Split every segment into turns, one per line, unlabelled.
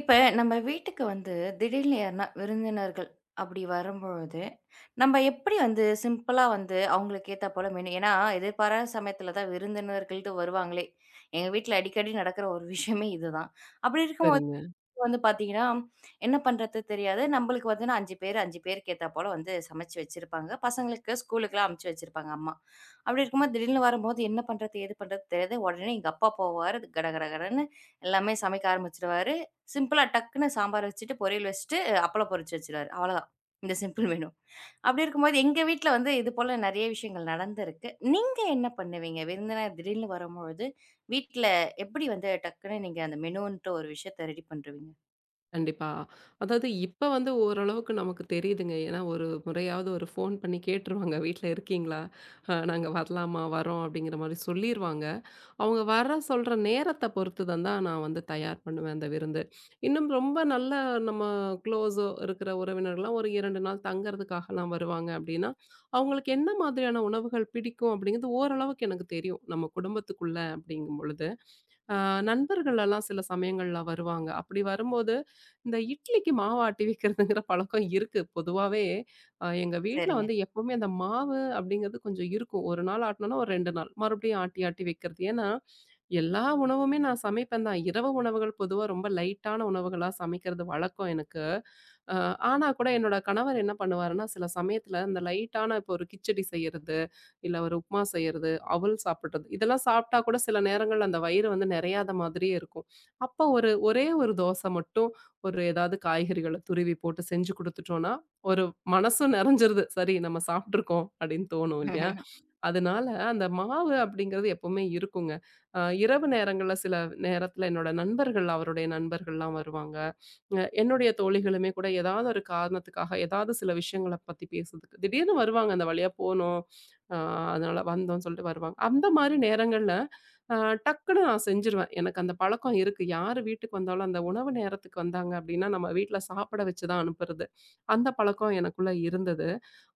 இப்ப நம்ம வீட்டுக்கு வந்து திடீர்னு யாருன்னா விருந்தினர்கள் அப்படி வரும்பொழுது, நம்ம எப்படி வந்து சிம்பிளா வந்து அவங்களுக்கு ஏத்தா போல மெனு ஏன்னா, எதிர்பாராத சமயத்துல தான் விருந்தினர்கள்ட்டு வருவாங்களே! எங்க வீட்ல அடிக்கடி நடக்கிற ஒரு விஷயமே இதுதான். அப்படி இருக்கும் போது
சரிங்க.
வந்து பார்த்தீங்கன்னா, என்ன பண்றது தெரியாது. நம்மளுக்கு வந்து 5 பேர் 5 பேருக்கு ஏத்தா போல வந்து சமைச்சு வச்சிருப்பாங்க. பசங்களுக்கு ஸ்கூலுக்குலாம் அனுப்பிச்சு வச்சிருப்பாங்க அம்மா. அப்படி இருக்கும்போது திடீர்னு வரும்போது என்ன பண்றது, ஏது பண்றது தெரியாது. உடனே எங்க அப்பா போவாரு. அது கட கட கடன்னு எல்லாமே சமைக்க ஆரம்பிச்சுருவாரு. சிம்பிளா டக்குன்னு சாம்பார் வச்சுட்டு, பொரியல் வச்சுட்டு, அப்பளம் பொரிச்சு வச்சுருவாரு. அவ்வளோதான். இந்த சிம்பிள் மெனு. அப்படி இருக்கும்போது எங்க வீட்ல வந்து இது போல நெறைய விஷயங்கள் நடந்திருக்கு. நீங்க என்ன பண்ணுவீங்க? விருந்தினர் திடீர்னு வரும்பொழுது, வீட்ல எப்படி வந்து டக்குன்னு நீங்க அந்த மெனுன்ட்டு ஒரு விஷயத்த ரெடி பண்றுவீங்க?
கண்டிப்பா. அதாவது இப்ப வந்து ஓரளவுக்கு நமக்கு தெரியுதுங்க. ஏன்னா ஒரு முறையாவது ஒரு ஃபோன் பண்ணி கேட்டுருவாங்க. "வீட்ல இருக்கீங்களா? நாங்க வரலாமா? வரோம்." அப்படிங்கிற மாரி சொல்லிருவாங்க. அவங்க வர சொல்ற நேரத்த பொறுத்து தான் தான் நான் வந்து தயார் பண்ணுவேன் அந்த விருந்து. இன்னும் ரொம்ப நல்ல நம்ம க்ளோஸோ இருக்கிற உறவினர்கள்லாம் ஒரு 2 நாள் தங்கறதுக்காகலாம் வருவாங்க அப்படின்னா, அவங்களுக்கு என்ன மாதிரியான உணவுகள் பிடிக்கும் அப்படிங்கிறது ஓரளவுக்கு எனக்கு தெரியும். நம்ம குடும்பத்துக்குள்ள அப்படிங்கும் பொழுது. அ நண்பர்கள் எல்லாம் சில சமயங்கள்ல வருவாங்க. அப்படி வரும்போது, இந்த இட்லிக்கு மாவு ஆட்டி வைக்கிறதுங்கிற பழக்கம் இருக்கு. பொதுவாவே எங்க வீட்ல
சரிங்க.
வந்து எப்பவுமே அந்த மாவு அப்படிங்கிறது கொஞ்சம் இருக்கும். 1 நாள் ஆட்டணும்னா ஒரு 2 நாள். மறுபடியும் ஆட்டி ஆட்டி வைக்கிறது. ஏன்னா, எல்லா உணவுமே நான் சமைப்பேன் தான். இரவு உணவுகள் பொதுவா ரொம்ப லைட்டான உணவுகளா சமைக்கிறது வழக்கம் எனக்கு. அ ஆனா கூட என்னோட கணவர் என்ன பண்ணுவாருன்னா, சில சமயத்துல இந்த லைட்டான இப்போ ஒரு கிச்சடி செய்யறது, இல்ல ஒரு உப்மா செய்யறது, அவல் சாப்பிடுறது, இதெல்லாம் சாப்பிட்டா கூட சில நேரங்கள்ல அந்த வயிறு வந்து நிறையாத மாதிரியே இருக்கும். அப்போ ஒரு ஒரே ஒரு தோசை மட்டும் ஒரு ஏதாவது காய்கறிகள துருவி போட்டு செஞ்சு குடுத்துட்டோம்னா, ஒரு மனசும் நிறைஞ்சிருது. சரி நம்ம சாப்பிட்டுருக்கோம் அப்படின்னு தோணும் இல்லையா? அதனால அந்த மாவு அப்படிங்கிறது எப்பவுமே இருக்குங்க. இரவு நேரங்கள்ல சில நேரத்துல என்னோட நண்பர்கள், அவருடைய நண்பர்கள்லாம் வருவாங்க. என்னுடைய தோழிகளுமே கூட ஏதாவது ஒரு காரணத்துக்காக ஏதாவது சில விஷயங்கள பத்தி பேசுறதுக்கு திடீர்னு வருவாங்க. அந்த வழியா போனோம். அ அதனால வந்தோம்ன்னு சொல்லிட்டு வருவாங்க. அந்த மாரி நேரங்கள்ல அ டக்குன்னு நான் செஞ்சுருவேன். எனக்கு அந்த பழக்கம் இருக்கு. யாரு வீட்டுக்கு வந்தாலும் அந்த உணவு நேரத்துக்கு வந்தாங்க அப்படின்னா, நம்ம வீட்ல சாப்பிட வச்சு தான் அனுப்புறது. அந்த பழக்கம் எனக்குள்ள இருந்தது.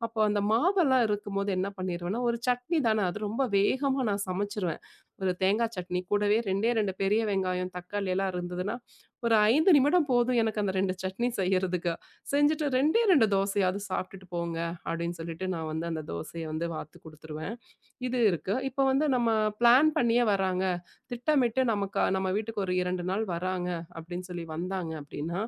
அப்போ அந்த மாவெல்லாம் இருக்கும்போது என்ன பண்ணிருவேன்னா, ஒரு சட்னி தானே அது ரொம்ப வேகமா நான் சமைச்சுருவேன். ஒரு தேங்காய் சட்னி கூடவே 2 பெரிய வெங்காயம், தக்காளி எல்லாம் இருந்ததுன்னா, ஒரு 5 நிமிடம் போதும் எனக்கு அந்த 2 சட்னி செய்யறதுக்கு. செஞ்சுட்டு 2 தோசையாவது சாப்பிட்டுட்டு போங்க அப்படின்னு சொல்லிட்டு நான் வந்து அந்த தோசைய வந்து வாத்து குடுத்துருவேன். இது இருக்கு. இப்போ வந்து நம்ம பிளான் பண்ணியே வராங்க. திட்டமிட்டு நமக்கு நம்ம வீட்டுக்கு ஒரு 2 நாள் வராங்க அப்படின்னு சொல்லி வந்தாங்க அப்படின்னா,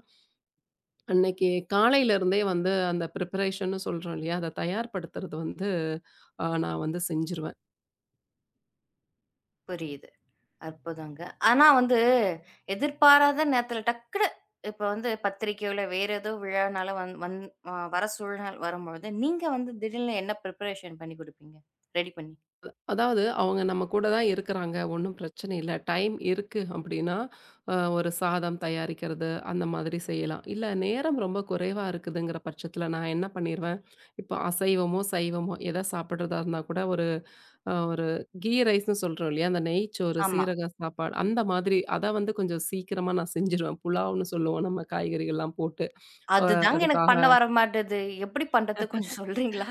அன்னைக்கு காலையில இருந்தே வந்து அந்த ப்ரிப்பரேஷன்னு சொல்றோம் இல்லையா? அத தயார்படுத்துறது வந்து நான் வந்து செஞ்சுருவேன்.
புரியுது. அற்புதங்க. ஆனா வந்து எதிர்பாராத நேரத்துல டக்குனு இப்ப வந்து பத்திரிக்கையோ, இல்ல வேற ஏதோ விழானால வந் வந் வர சூழ்நிலை வரும்பொழுது, நீங்க வந்து திடீல்னு என்ன பிரிப்பரேஷன் பண்ணி குடுப்பீங்க? ரெடி பண்ணி.
அதாவது அவங்க நம்ம கூட தான் இருக்கிறாங்க. ஒண்ணும் பிரச்சனை இல்ல. டைம் இருக்கு அப்படின்னா, ஒரு சாதம் தயாரிக்கிறது அந்த மாதிரி செய்யலாம். இல்ல நேரம் ரொம்ப குறைவா இருக்குதுங்கிற பட்சத்துல நான் என்ன பண்ணிருவேன், இப்போ அசைவமோ, சைவமோ எத சாப்பிடுறதா இருந்தா கூட ஒரு ஒரு கீ ரைஸ்ன்னு சொல்றோம் இல்லையா? அந்த நெய்ச்சோறு,
ஆமா.
சீரக சாப்பாடு அந்த மாதிரி அத வந்து கொஞ்சம் சீக்கிரமா நான் செஞ்சுருவேன். புலாவ்ன்னு சொல்லுவோம் நம்ம காய்கறிகள்லாம் போட்டு. அ
அதுதாங்க எனக்கு பண்ண
அதுக்காக
வரமாட்டது. எப்படி பண்றது கொஞ்சம் சொல்றீங்களா?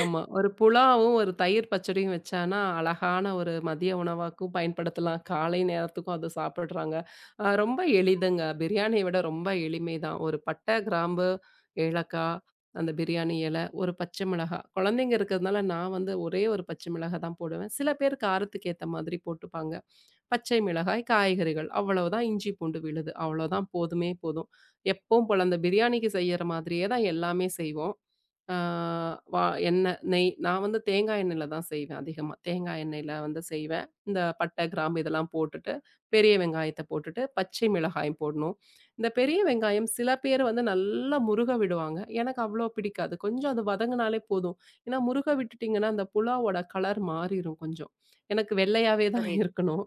ஆமா. ஒரு புலாவும், ஒரு தயிர் பச்சடியும் வச்சான்னா, அழகான ஒரு மதிய உணவாக்கும் பயன்படுத்தலாம். காலை நேரத்துக்கும் அத சாப்பிடுறாங்க. ரொம்ப எளிதுங்க. பிரியாணிய விட ரொம்ப எளிமை தான். ஒரு பட்டை, கிராம்பு, ஏலக்காய், அந்த பிரியாணி இல, ஒரு பச்சை மிளகாய். குழந்தைங்க இருக்கிறதுனால நான் வந்து ஒரே ஒரு பச்சை மிளகாய் தான் போடுவேன். சில பேர் காரத்துக்கு ஏத்த மாதிரி போட்டுப்பாங்க. பச்சை மிளகாய், காய்கறிகள் அவ்வளவுதான் இஞ்சி, பூண்டு விழுது. அவ்வளோதான் போதுமே போதும். எப்பவும் போல அந்த பிரியாணிக்கு செய்யற மாதிரியே தான் எல்லாமே செய்வோம். ஆ வா எண்ணெய், நெய் நான் வந்து தேங்காய் எண்ணெயில தான் செய்வேன் அதிகமா. தேங்காய் எண்ணெயில வந்து செய்வேன். இந்த பட்டை, கிராம்பு இதெல்லாம் போட்டுட்டு, பெரிய வெங்காயத்த போட்டுட்டு, பச்சை மிளகாயும் போடணும். இந்த பெரிய வெங்காயம் சில பேர் வந்து நல்லா முருக விடுவாங்க. எனக்கு அவ்வளோ பிடிக்காது. கொஞ்சம் அது வதங்குனாலே போதும். ஏன்னா முருக விட்டுட்டீங்கன்னா, அந்த புலாவோட கலர் மாறிரும் கொஞ்சம். எனக்கு வெள்ளையாவே தான்
புரியுது.
இருக்கணும்.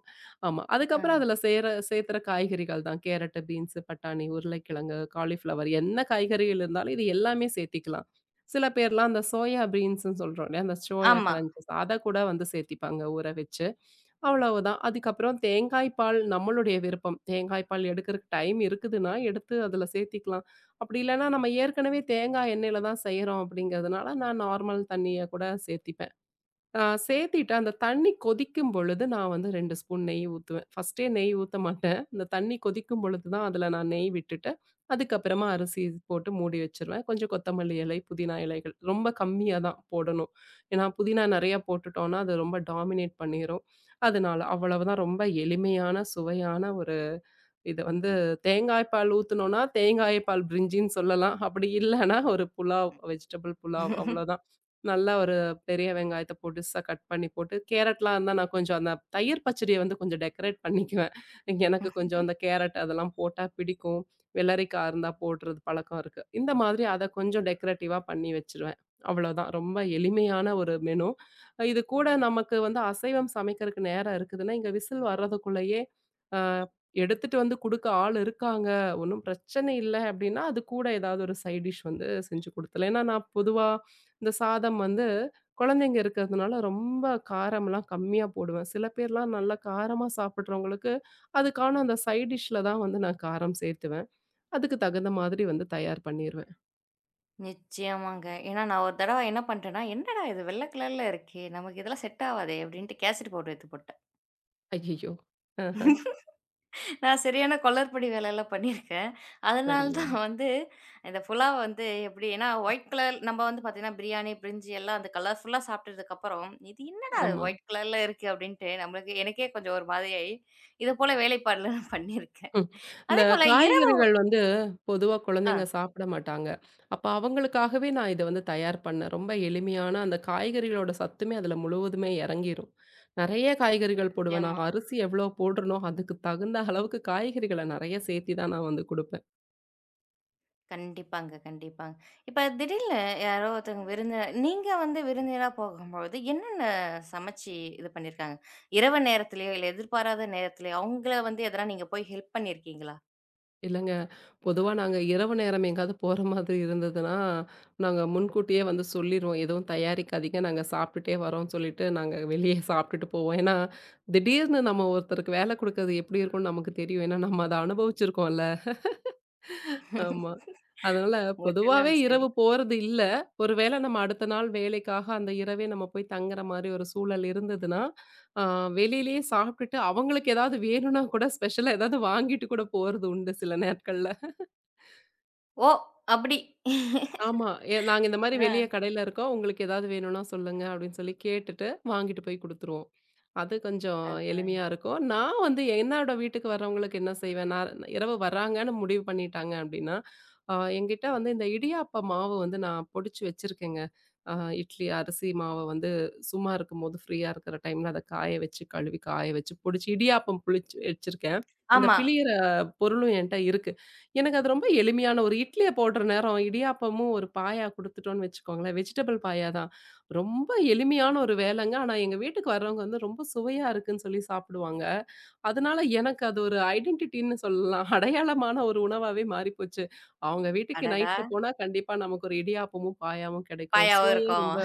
ஆமா.
ஆ.
அதுக்கப்புறம் அதுல சேர்த்துற காய்கறிகள் தான். கேரட்டு, பீன்ஸ், பட்டாணி, உருளைக்கிழங்கு, காலிஃப்ளவர் என்ன காய்கறிகள் இருந்தாலும் இது எல்லாமே சேர்த்திக்கலாம். சில பேர்லாம் அந்த சோயா பீன்ஸ்ன்னு சொல்றோம் இல்லையா? அந்த சோயா
ஆமா.
கிரன்ச்சஸ் அத கூட வந்து சேர்த்திப்பாங்க ஊற வச்சு. அவ்வளவுதான். அதுக்கப்புறம் தேங்காய் பால் நம்மளுடைய விருப்பம். தேங்காய் பால் எடுக்கறக்கு டைம் இருக்குதுன்னா, எடுத்து அதுல சேர்த்திக்கலாம். அப்படி இல்லன்னா, நம்ம ஏற்கனவே தேங்காய் எண்ணெயில தான் செய்றோம் அப்படிங்கிறதுனால, நான் நார்மல் தண்ணிய கூட சேர்த்திப்பேன். சேத்திட்டு அந்த தண்ணி கொதிக்கும் பொழுது நான் வந்து 2 ஸ்பூன் நெய் ஊத்துவேன். ஃபர்ஸ்ட்டே நெய் ஊத்த மாட்டேன். இந்த தண்ணி கொதிக்கும் பொழுது தான் அதில நான் நெய் விட்டுட்டு, அதுக்கப்புறமா அரிசி போட்டு மூடி வச்சுருவேன். கொஞ்சம் கொத்தமல்லி இலை, புதினா இலைகள் ரொம்ப கம்மியா தான் போடணும். ஏன்னா புதினா நெறையா போட்டுட்டோம்னா, அது ரொம்ப டாமினேட் பண்ணிரும். அதனால அவ்வளவுதான் ரொம்ப எளிமையான, சுவையான ஒரு இது வந்து தேங்காய் பால் ஊத்துனோம்னா, தேங்காய் பால் பிரிஞ்சின்னு சொல்லலாம். அப்படி இல்லன்னா, ஒரு புலாவ், வெஜிடபிள் புலாவ் அவ்வளோதான். நல்லா ஒரு பெரிய வெங்காயத்த பொடுசா கட் பண்ணி போட்டு, கேரட்லாம் இருந்தா நான் கொஞ்சம் அந்த தயிர் பச்சடிய வந்து கொஞ்சம் டெக்கரேட் பண்ணிக்குவேன். எனக்கு கொஞ்சம் அந்த கேரட் அதெல்லாம் போட்டா பிடிக்கும். வெள்ளரிக்கா இருந்தா போடுறது பழக்கம் இருக்கு. இந்த மாதிரி அத கொஞ்சம் டெக்கரேட்டிவா பண்ணி வச்சுருவேன். அவ்வளோதான். ரொம்ப எளிமையான ஒரு மெனு. இது கூட நமக்கு வந்து அசைவம் சமைக்கிறதுக்கு நேரம் இருக்குதுன்னா, இங்க விசில் வர்றதுக்குள்ளேயே, அ எடுத்துட்டு வந்து குடுக்க ஆள் இருக்காங்க. ஒண்ணும் பிரச்சனை இல்ல அப்டின்னா, அது கூட ஏதாவது ஒரு சைட் டிஷ் வந்து செஞ்சு குடுத்துர்லாம். ஏன்னா, நான் பொதுவா இந்த சாதம் வந்து குழந்தைங்க இருக்கிறதுனால ரொம்ப காரம்லாம் கம்மியா போடுவேன். சில பேர்லாம் நல்லா காரமா சாப்பிடுறவங்களுக்கு, அதுக்கான அந்த சைட் டிஷ்ல தான் வந்து நான் காரம் சேர்த்துவேன். அதுக்கு தகுந்த மாதிரி வந்து தயார் பண்ணிருவேன்.
நிச்சயமாங்க. ஏன்னா நான் ஒரு தடவ என்ன பண்ட்டேன்னா, "என்னடா இது வெள்ள கலர்ல இருக்கே! நமக்கு இதெல்லாம் செட் ஆவாதே!" அப்படின்ட்டு கேசரி பவுடர் எடுத்து
ஐயய்யோ! ஆஹ.
போட்டேன். நான் சரியான கொல்லற்படி வேலைலாம் பண்ணியிருக்கேன். அதனால
சரிங்க.
தான் வந்து இந்த புலாவ் வந்து எப்படி ஏன்னா ஒயிட் கலர் நம்ம வந்து பார்த்தீங்கன்னா, பிரியாணி, பிரிஞ்சி எல்லாம் அந்த கலர்ஃபுல்லா சாப்பிட்டதுக்கப்புறம், "இது என்னடா
ஆமா.
ஒயிட் கலர்ல இருக்கு?" அப்படின்ட்டு நம்மளுக்கு எனக்கே கொஞ்சம் ஒரு மாதிரி ஆயி, இது போல வேலைப்பாடுலாம் நான் பண்ணியிருக்கேன்.
ம். இந்த
அதேபோல இரவு
காய்கறிகள் வந்து பொதுவா
ஆ
குழந்தைங்க சாப்பிட மாட்டாங்க. அப்ப அவங்களுக்காகவே நான் இத வந்து தயார் பண்ணேன். ரொம்ப எளிமையான அந்த காய்கறிகளோட சத்துமே அதுல முழுவதுமே இறங்கிரும். நெறைய காய்கறிகள் போடுவேன்.
நிச்சயமா.
நான் அரிசி எவ்வளோ போடுறனோ, அதுக்கு தகுந்த அளவுக்கு காய்கறிகள நெறைய சேர்த்தி தான் நான் வந்து குடுப்பேன்.
கண்டிப்பாங்க, கண்டிப்பாங்க. இப்ப திடீல்னு யாரோ ஒருத்தவங்க விருந்தினர் நீங்க வந்து விருந்தினரா போகும்பொழுது என்னென்ன சமைச்சு இது பண்ணியிருக்காங்க? இரவு நேரத்திலயோ, இல்ல எதிர்பாராத நேரத்திலயோ அவங்கள வந்து எதனா நீங்க போய் ஹெல்ப் பண்ணியிருக்கீங்களா?
இல்லங்க. பொதுவா நாங்க இரவு நேரம் எங்கேயாவது போற மாதிரி இருந்ததுன்னா, நாங்க முன்கூட்டியே வந்து சொல்லிருவோம். எதுவும் தயாரிக்காதீங்க. நாங்க சாப்பிட்டுட்டே வரோம்ன்னு சொல்லிட்டு, நாங்க வெளியே சாப்பிட்டுட்டு போவோம். ஏன்னா, திடீர்னு நம்ம ஒருத்தருக்கு வேலை குடுக்கறது எப்படி இருக்கும்னு நமக்கு தெரியும். ஏன்னா, நம்ம அத அனுபவிச்சிருக்கோம்ல. ஆமா. அதனால பொதுவாவே
முற்றிலும் சரி.
இரவு போறது இல்ல. ஒருவேளை நம்ம அடுத்த நாள் வேலைக்காக அந்த இரவே நம்ம போய் தங்குற மாரி ஒரு சூழல் இருந்ததுன்னா, அ வெளியிலேயே சாப்பிட்டுட்டு அவங்களுக்கு ஏதாவது வேணும்னா கூட ஸ்பெஷலா ஏதாவது வாங்கிட்டு கூட போறது உண்டு சில நேட்கள்ல.
ஓ! அப்படி.
ஆமா. நாங்க இந்த மாரி
ஆ
வெளிய கடையில இருக்கோம். உங்களுக்கு ஏதாவது வேணும்னா சொல்லுங்க அப்படின்னு சொல்லி கேட்டுட்டு, வாங்கிட்டு போய் குடுத்துருவோம். அது கொஞ்சம்
கற்பனைங்க.
எளிமையா இருக்கும். நான் வந்து என்னோட வீட்டுக்கு வர்றவங்களுக்கு என்ன செய்வேன், நான் இரவு வர்றாங்கன்னு முடிவு பண்ணிட்டாங்க அப்படின்னா, என்கிட்ட வந்து இந்த இடியாப்ப மாவு வந்து நான் பொடிச்சு வச்சிருக்கேங்க. அ இட்லி அரிசி மாவ வந்து சும்மா இருக்கும்போது ஃப்ரீயா இருக்கிற டைம்ல அத காய வச்சு, கழுவி காய வச்சு பொடிச்சு இடியாப்பம் புளிச்சு வச்சிருக்கேன். அந்த
ஆமா.
பிழியிற பொருளும் என்ட்ட இருக்கு. எனக்கு அது ரொம்ப எளிமையான ஒரு இட்லிய போடுற நேரம், இடியாப்பமும் ஒரு பாயா குடுத்துட்டோம்னு வச்சுக்கோங்களேன். வெஜிடபிள் பாயா தான். ரொம்ப எளிமையான ஒரு வேலைங்க. ஆனா எங்க வீட்டுக்கு வர்றவங்க வந்து ரொம்ப சுவையா இருக்குன்னு சொல்லி சாப்பிடுவாங்க. அதனால எனக்கு அது ஒரு ஐடென்டிட்டின்னு சொல்லலாம். அடையாளமான ஒரு உணவாவே மாறிப்போச்சு. அவங்க வீட்டுக்கு
அடடா!
நைட்ல போனா கண்டிப்பா நமக்கு ஒரு இடியாப்பமும், பாயாவும் கிடைக்கும்.
பாயாவும்
சுவையே
இருக்கும்.
ரொம்ப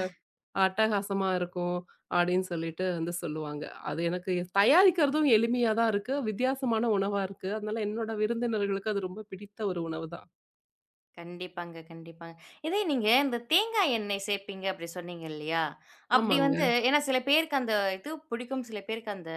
அட்டகாசமா இருக்கும் அப்படின்னு சொல்லிட்டு வந்து சொல்லுவாங்க. அது எனக்கு தயாரிக்கிறதும் எளிமையா தான் இருக்கு. வித்தியாசமான உணவா இருக்கு. அதனால என்னோட விருந்தினர்களுக்கு அது ரொம்ப பிடித்த ஒரு உணவு தான்.
கண்டிப்பாங்க, கண்டிப்பாங்க. இதே நீங்க இந்த தேங்காய் எண்ணெய் சேர்ப்பீங்க அப்படி சொன்னீங்க இல்லையா? அப்படி
ஆமாங்க.
வந்து ஏன்னா சில பேருக்கு அந்த இது பிடிக்கும், சில பேருக்கு அந்த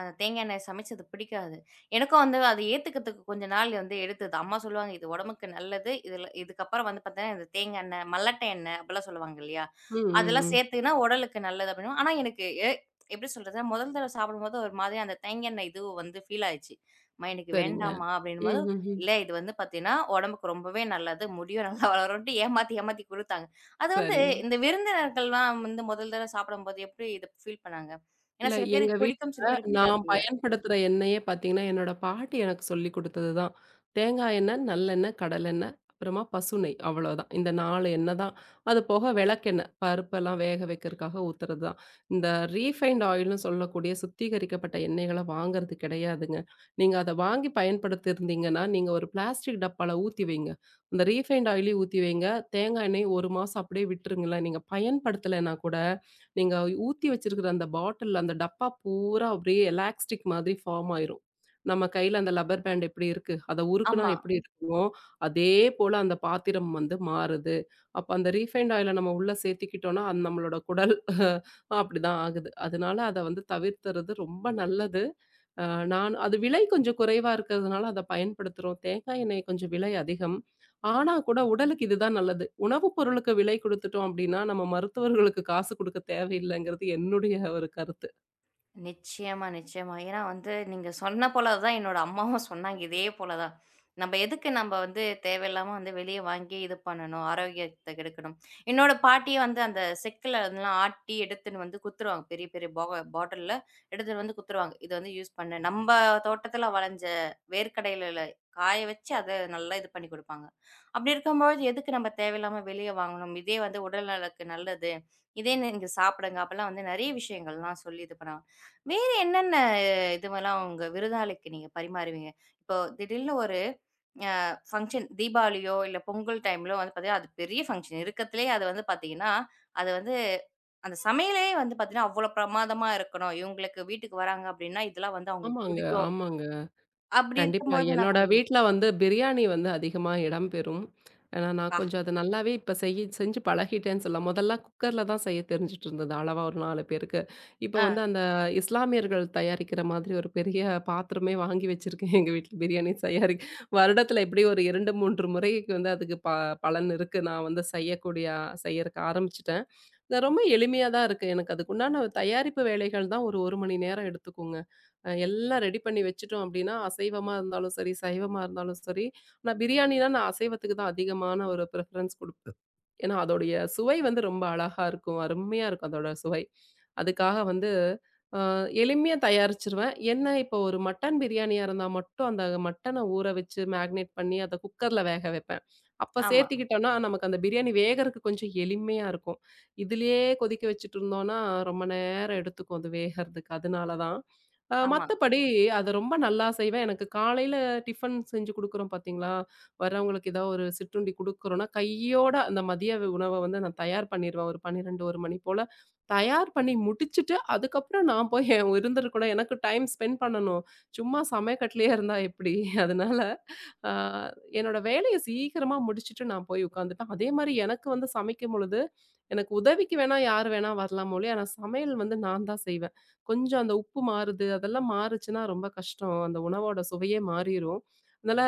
அந்த தேங்காய் எண்ணெய் சமைச்சது பிடிக்காது. எனக்கும் வந்து அத ஏத்துக்கிறதுக்கு கொஞ்ச நாள் வந்து எடுத்தது. அம்மா சொல்லுவாங்க, "இது உடம்புக்கு நல்லது. இதுல இதுக்கப்புறம் வந்து பார்த்தீங்கன்னா, இந்த தேங்காய் எண்ணெய், மல்லட்ட எண்ணெய்" அப்படிலாம் சொல்லுவாங்க இல்லையா?
ம், ம்,
அதெல்லாம்
ம்.
சேர்த்தீங்கன்னா உடலுக்கு நல்லது அப்படின்னு. ஆனா எனக்கு எப்படி சொல்றது? முதல் தடவ சாப்பிடும்போது ஒரு மாதிரி அந்த தேங்காய் எண்ணெய் இது வந்து ஃபீல் ஆயிடுச்சு. அம்மா எனக்கு
சரிங்க.
வேண்டாம்மா அப்படின்னும்போது,
ம், ம், ம்.
"இல்ல இது வந்து பார்த்தீங்கன்னா, உடம்புக்கு ரொம்பவே நல்லது. முடியும் நல்லா வளரும்ன்ட்டு" ஏமாத்தி ஏமாத்தி குடுத்தாங்க. அது வந்து
சரிங்க.
இந்த விருந்தினர்கள்லாம் வந்து முதல் தடவ சாப்பிடும்போது எப்படி இத ஃபீல் பண்ணாங்க? ஏன்னா
இல்ல
சில
எங்க
பேருக்கு பிடிக்கும், சில
வீட்ல
பேருக்கு பிடிக்காது
நான்
இல்லையா?
பயன்படுத்துற எண்ணெயே பார்த்தீங்கன்னா, என்னோட பாட்டி எனக்கு சொல்லிக் குடுத்தது தான். தேங்காய் எண்ணெய், நல்லெண்ணெய், கடலெண்ணெய், அப்புறமா பசு நெய் அவ்வளோதான். இந்த 4 எண்ணெய் தான். அது போக விளக்கெண்ணெய், பருப்பெல்லாம் வேக வைக்கிறதுக்காக ஊத்துறது தான். இந்த ரீஃபைண்ட் ஆயில்னு சொல்லக்கூடிய சுத்திகரிக்கப்பட்ட எண்ணெய்கள வாங்குறது கிடையாதுங்க. நீங்க அத வாங்கி பயன்படுத்தியிருந்தீங்கன்னா, நீங்க ஒரு பிளாஸ்டிக் டப்பால ஊத்தி வைங்க. அந்த ரீஃபைண்ட் ஆயிலயும் ஊத்தி வைங்க. தேங்காய் எண்ணெயும் 1 மாசம் அப்படியே விட்டுருங்களேன். நீங்க பயன்படுத்தலைன்னா கூட, நீங்க ஊத்தி வச்சிருக்கிற அந்த பாட்டில், அந்த டப்பா பூரா அப்படியே எலாஸ்டிக் மாதிரி ஃபார்ம் ஆயிரும். நம்ம கையில அந்த லப்பர் பேண்ட் எப்படி இருக்கு? அத உருக்குனா
ஆமா.
எப்படி இருக்குமோ, அதே போல அந்த பாத்திரம் வந்து மாறுது. அப்ப அந்த ரீஃபைண்ட் ஆயில நம்ம உள்ள சேர்த்துக்கிட்டோம்னா, அது நம்மளோட குடல் அப்படிதான் ஆகுது. அதனால அத வந்து தவிர்த்துறது ரொம்ப நல்லது. அ நான் அது விலை கொஞ்சம் குறைவா இருக்கிறதுனால அத பயன்படுத்துறோம். தேங்காய் எண்ணெய் கொஞ்சம் விலை அதிகம். ஆனா கூட உடலுக்கு இதுதான் நல்லது. உணவு பொருளுக்கு விலை குடுத்துட்டோம் அப்டின்னா, நம்ம மருத்துவர்களுக்கு காசு குடுக்க தேவையில்லங்கிறது என்னுடைய ஒரு கருத்து.
நிச்சயமா, நிச்சயமா. ஏன்னா வந்து நீங்க சொன்ன போல தான் என்னோட அம்மாவும் சொன்னாங்க. இதே போல தான். "நம்ப எதுக்கு நம்ப வந்து தேவையில்லாம வந்து வெளிய வாங்கி இது பண்ணணும்? ஆரோக்கியத்த கெடுக்கணும்." என்னோட பாட்டியே வந்து அந்த செக்குல அதெல்லாம் ஆட்டி எடுத்துன்னு வந்து குத்துருவாங்க. பெரிய பெரிய பாட்டில்ல எடுத்துட்டு வந்து குத்துருவாங்க. "இது வந்து யூஸ் பண்ணு." நம்ப தோட்டத்துல வளஞ்ச வேர்க்கடலைல காய வச்சு அத நல்லா இது பண்ணி குடுப்பாங்க. அப்படி இருக்கும்பொழுது எதுக்கு நம்ப தேவையில்லாம வெளிய வாங்கணும்? இதே வந்து உடல் நலக்கு நல்லது. இதே நீங்க சாப்பிடுங்க. அப்பலாம் வந்து நெறைய விஷயங்கள்லாம் சொல்லி இது பண்ணாங்க. வேற என்னென்ன இதுவெல்லாம் உங்க விருந்தாளிக்கு நீங்க பரிமாறுவீங்க? இப்போ திடீல்னு ஒரு அ ஃபங்ஷன் தீபாவளியோ, இல்ல பொங்கல் டைம்லோ வந்து பார்த்தீங்கன்னா, அது பெரிய ஃபங்ஷன் இருக்கத்துலயே அது வந்து பார்த்தீங்கன்னா, அது வந்து அந்த சமையலே வந்து பார்த்தீங்கன்னா, அவ்வளோ பிரமாதமா இருக்கணும். இவங்களுக்கு வீட்டுக்கு வராங்க அப்டின்னா, இதெல்லாம் வந்து அவங்களுக்கு
ஆமாங்க,
பிடிக்கும்.
ஆமாங்க.
அப்டி
கண்டிப்பா.
இருக்கும்போது என்ன
என்னோட
பண்ணுவீங்க?
வீட்ல வந்து பிரியாணி வந்து அதிகமா இடம்பெறும். ஏன்னா, நான்
ஆ,
கொஞ்சம் அத நல்லாவே இப்ப செஞ்சு பழகிட்டேன்னு சொல்லலாம். முதல்ல குக்கர்ல தான் செய்ய தெரிஞ்சுட்டு இருந்தது அளவா ஒரு 4 பேருக்கு. இப்ப
ஆ,
வந்து அந்த இஸ்லாமியர்கள் தயாரிக்கிற மாதிரி ஒரு பெரிய பாத்திரமே வாங்கி வச்சிருக்கேன் எங்க வீட்ல பிரியாணி தயாரி வருடத்துல எப்படியும் ஒரு 2, 3 முறைக்கு வந்து அதுக்கு பலன் இருக்கு. நான் வந்து செய்யறக்கு ஆரம்பிச்சுட்டேன். இது ரொம்ப எளிமையா தான் இருக்கு. எனக்கு அதுக்குண்டான தயாரிப்பு வேலைகள் தான் ஒரு 1 மணி நேரம் எடுத்துக்குங்க. எல்லாம் ரெடி பண்ணி வச்சுட்டோம் அப்படின்னா, அசைவமா இருந்தாலும் சரி, சைவமா இருந்தாலும் சரி, நான் பிரியாணினா நான் அசைவத்துக்கு தான் அதிகமான ஒரு ப்ரிஃபரன்ஸ் குடுப்பேன். ஏன்னா, அதோடைய சுவை வந்து ரொம்ப அழகா இருக்கும். அருமையா இருக்கும் அதோட சுவை. அதுக்காக வந்து அ எளிமையா தயாரிச்சுருவேன். என்ன இப்போ ஒரு மட்டன் பிரியாணியா இருந்தா மட்டும் அந்த மட்டன ஊற வச்சு மேக்னேட் பண்ணி அத குக்கர்ல வேக வைப்பேன். அப்ப
ஆமா,
சேர்த்துக்கிட்டோம்னா, நமக்கு அந்த பிரியாணி வேகறக்கு கொஞ்சம் எளிமையா இருக்கும். இதுலயே கொதிக்க வச்சுட்டு இருந்தோம்னா, ரொம்ப நேரம் எடுத்துக்கும் அது வேகறதுக்கு. அதனால தான்.
ஆமா.
மத்தபடி அத ரொம்ப நல்லா செய்வேன். எனக்கு காலையில டிஃபன் செஞ்சு குடுக்குறோம் பார்த்தீங்களா? வர்றவங்களுக்கு ஏதாவது ஒரு சிற்றுண்டி குடுக்குறோம்னா, கையோட அந்த மதிய உணவ வந்து நான் தயார் பண்ணிருவேன். ஒரு 12, 1 மணி போல தயார் பண்ணி முடிச்சுட்டு, அதுக்கப்புறம் நான் போய் என் விருந்தருக்கூட எனக்கு டைம் ஸ்பெண்ட் பண்ணணும். சும்மா சமயக்கட்டுலயே இருந்தா எப்படி? அதனால அ என்னோட வேலைய சீக்கிரமா முடிச்சுட்டு நான் போய் உட்காந்துப்பேன். அதே மாரி எனக்கு வந்து சமைக்கும் பொழுது, எனக்கு உதவிக்கு வேணா யார் வேணா வரலாம் ஒழிய, ஆனா சமையல் வந்து நான் தான் செய்வேன். கொஞ்சம் அந்த உப்பு மாறுது, அதெல்லாம் மாறுச்சுன்னா ரொம்ப கஷ்டம். அந்த உணவோட சுவையே மாறிரும். அதனால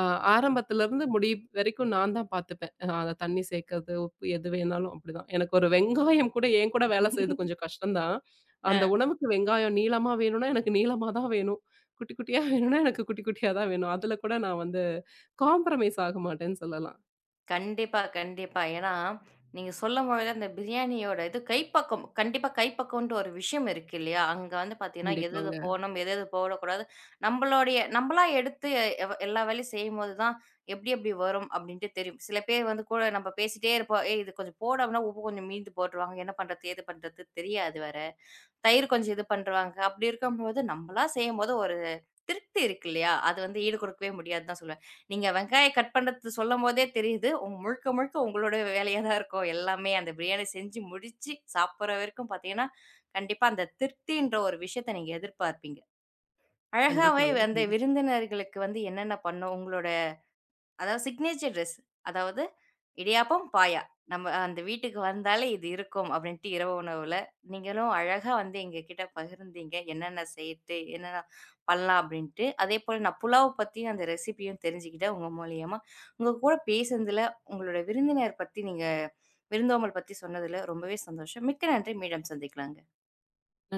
அ ஆரம்பத்துலருந்து முடிவு வரைக்கும் நான் தான் பார்த்துப்பேன். அத தண்ணி சேர்க்கறது, உப்பு எது வேணாலும் அப்படிதான். எனக்கு ஒரு வெங்காயம் கூட என் கூட வேலை செய்றது கொஞ்சம் கஷ்டம் தான். அந்த
அ.
உணவுக்கு வெங்காயம் நீளமா வேணும்னா, எனக்கு நீளமா தான் வேணும். குட்டி குட்டியா வேணும்னா, எனக்கு குட்டி குட்டியா தான் வேணும். அதுல கூட நான் வந்து காம்ப்ரமைஸ் ஆக மாட்டேன்னு சொல்லலாம்.
கண்டிப்பா, கண்டிப்பா. ஏன்னா, நீங்க சொல்லும்பொழுது அந்த பிரியாணியோட இது கைப்பக்குவம் கண்டிப்பா கைப்பக்குவம்ன்ட்டு ஒரு விஷயம் இருக்கு இல்லையா? அங்க வந்து பார்த்தீங்கன்னா, எது எது
கண்டிப்பாங்க,
போடணும், எது எது போடக்கூடாது, நம்பளா எடுத்து எல்லா வேலையும் செய்யும்போது தான் எப்டி எப்டி வரும் அப்டின்ட்டு தெரியும். சில பேர் வந்து கூட நம்ம பேசிட்டே இருப்போம். ஏய் இது கொஞ்சம் போடு அப்டின்னா, உப்பு கொஞ்சம் மீந்து போட்டுருவாங்க. என்ன பண்றது? ஏது பண்றது? தெரியாது வேற. தயிர் கொஞ்சம் இது பண்ருவாங்க. அப்படி இருக்கும்போது, நம்பளா செய்யும்போது ஒரு திருப்தி இருக்கு இல்லையா? அது வந்து ஈடு கொடுக்கவே முடியாதுன்னு தான் சொல்லுவேன். நீங்க வெங்காயம் கட் பண்றது சொல்லும்போதே தெரியுது, முழுக்க முழுக்க உங்களோட வேலையா தான் இருக்கும் எல்லாமே. அந்த பிரியாணி செஞ்சு முடிச்சு சாப்பிடுற வரைக்கும் பார்த்தீங்கன்னா, கண்டிப்பா அந்த திருப்தின்ற ஒரு விஷயத்த நீங்க எதிர்பார்ப்பீங்க. அழகாவே
கண்டிப்பாங்க.
வந்து
கண்டிப்
விருந்தினர்களுக்கு வந்து என்னென்ன பண்ணும் உங்களோட அதாவது சிக்னேச்சர் டிரெஸ். அதாவது இடியாப்பம், பாயா. நம்ம அந்த வீட்டுக்கு வந்தாலே இது இருக்கும் அப்படின்ட்டு இரவு உணவுல. நீங்களும் அழகா வந்து எங்ககிட்ட பகிர்ந்தீங்க. என்னென்ன சேர்த்து, என்னென்ன பண்ணலாம் அப்படின்ட்டு. அதேபோல நான் புலாவ் பத்தியும் அந்த ரெசிபியும் தெரிஞ்சுக்கிட்டேன் உங்க மூலியமா. உங்க கூட பேசுனதுல, உங்களோட விருந்தினர் பத்தி நீங்க விருந்தோம்பல் பத்தி சொன்னதுல ரொம்பவே சந்தோஷம். மிக்க நன்றி. மீண்டும் சந்திக்கலாங்க.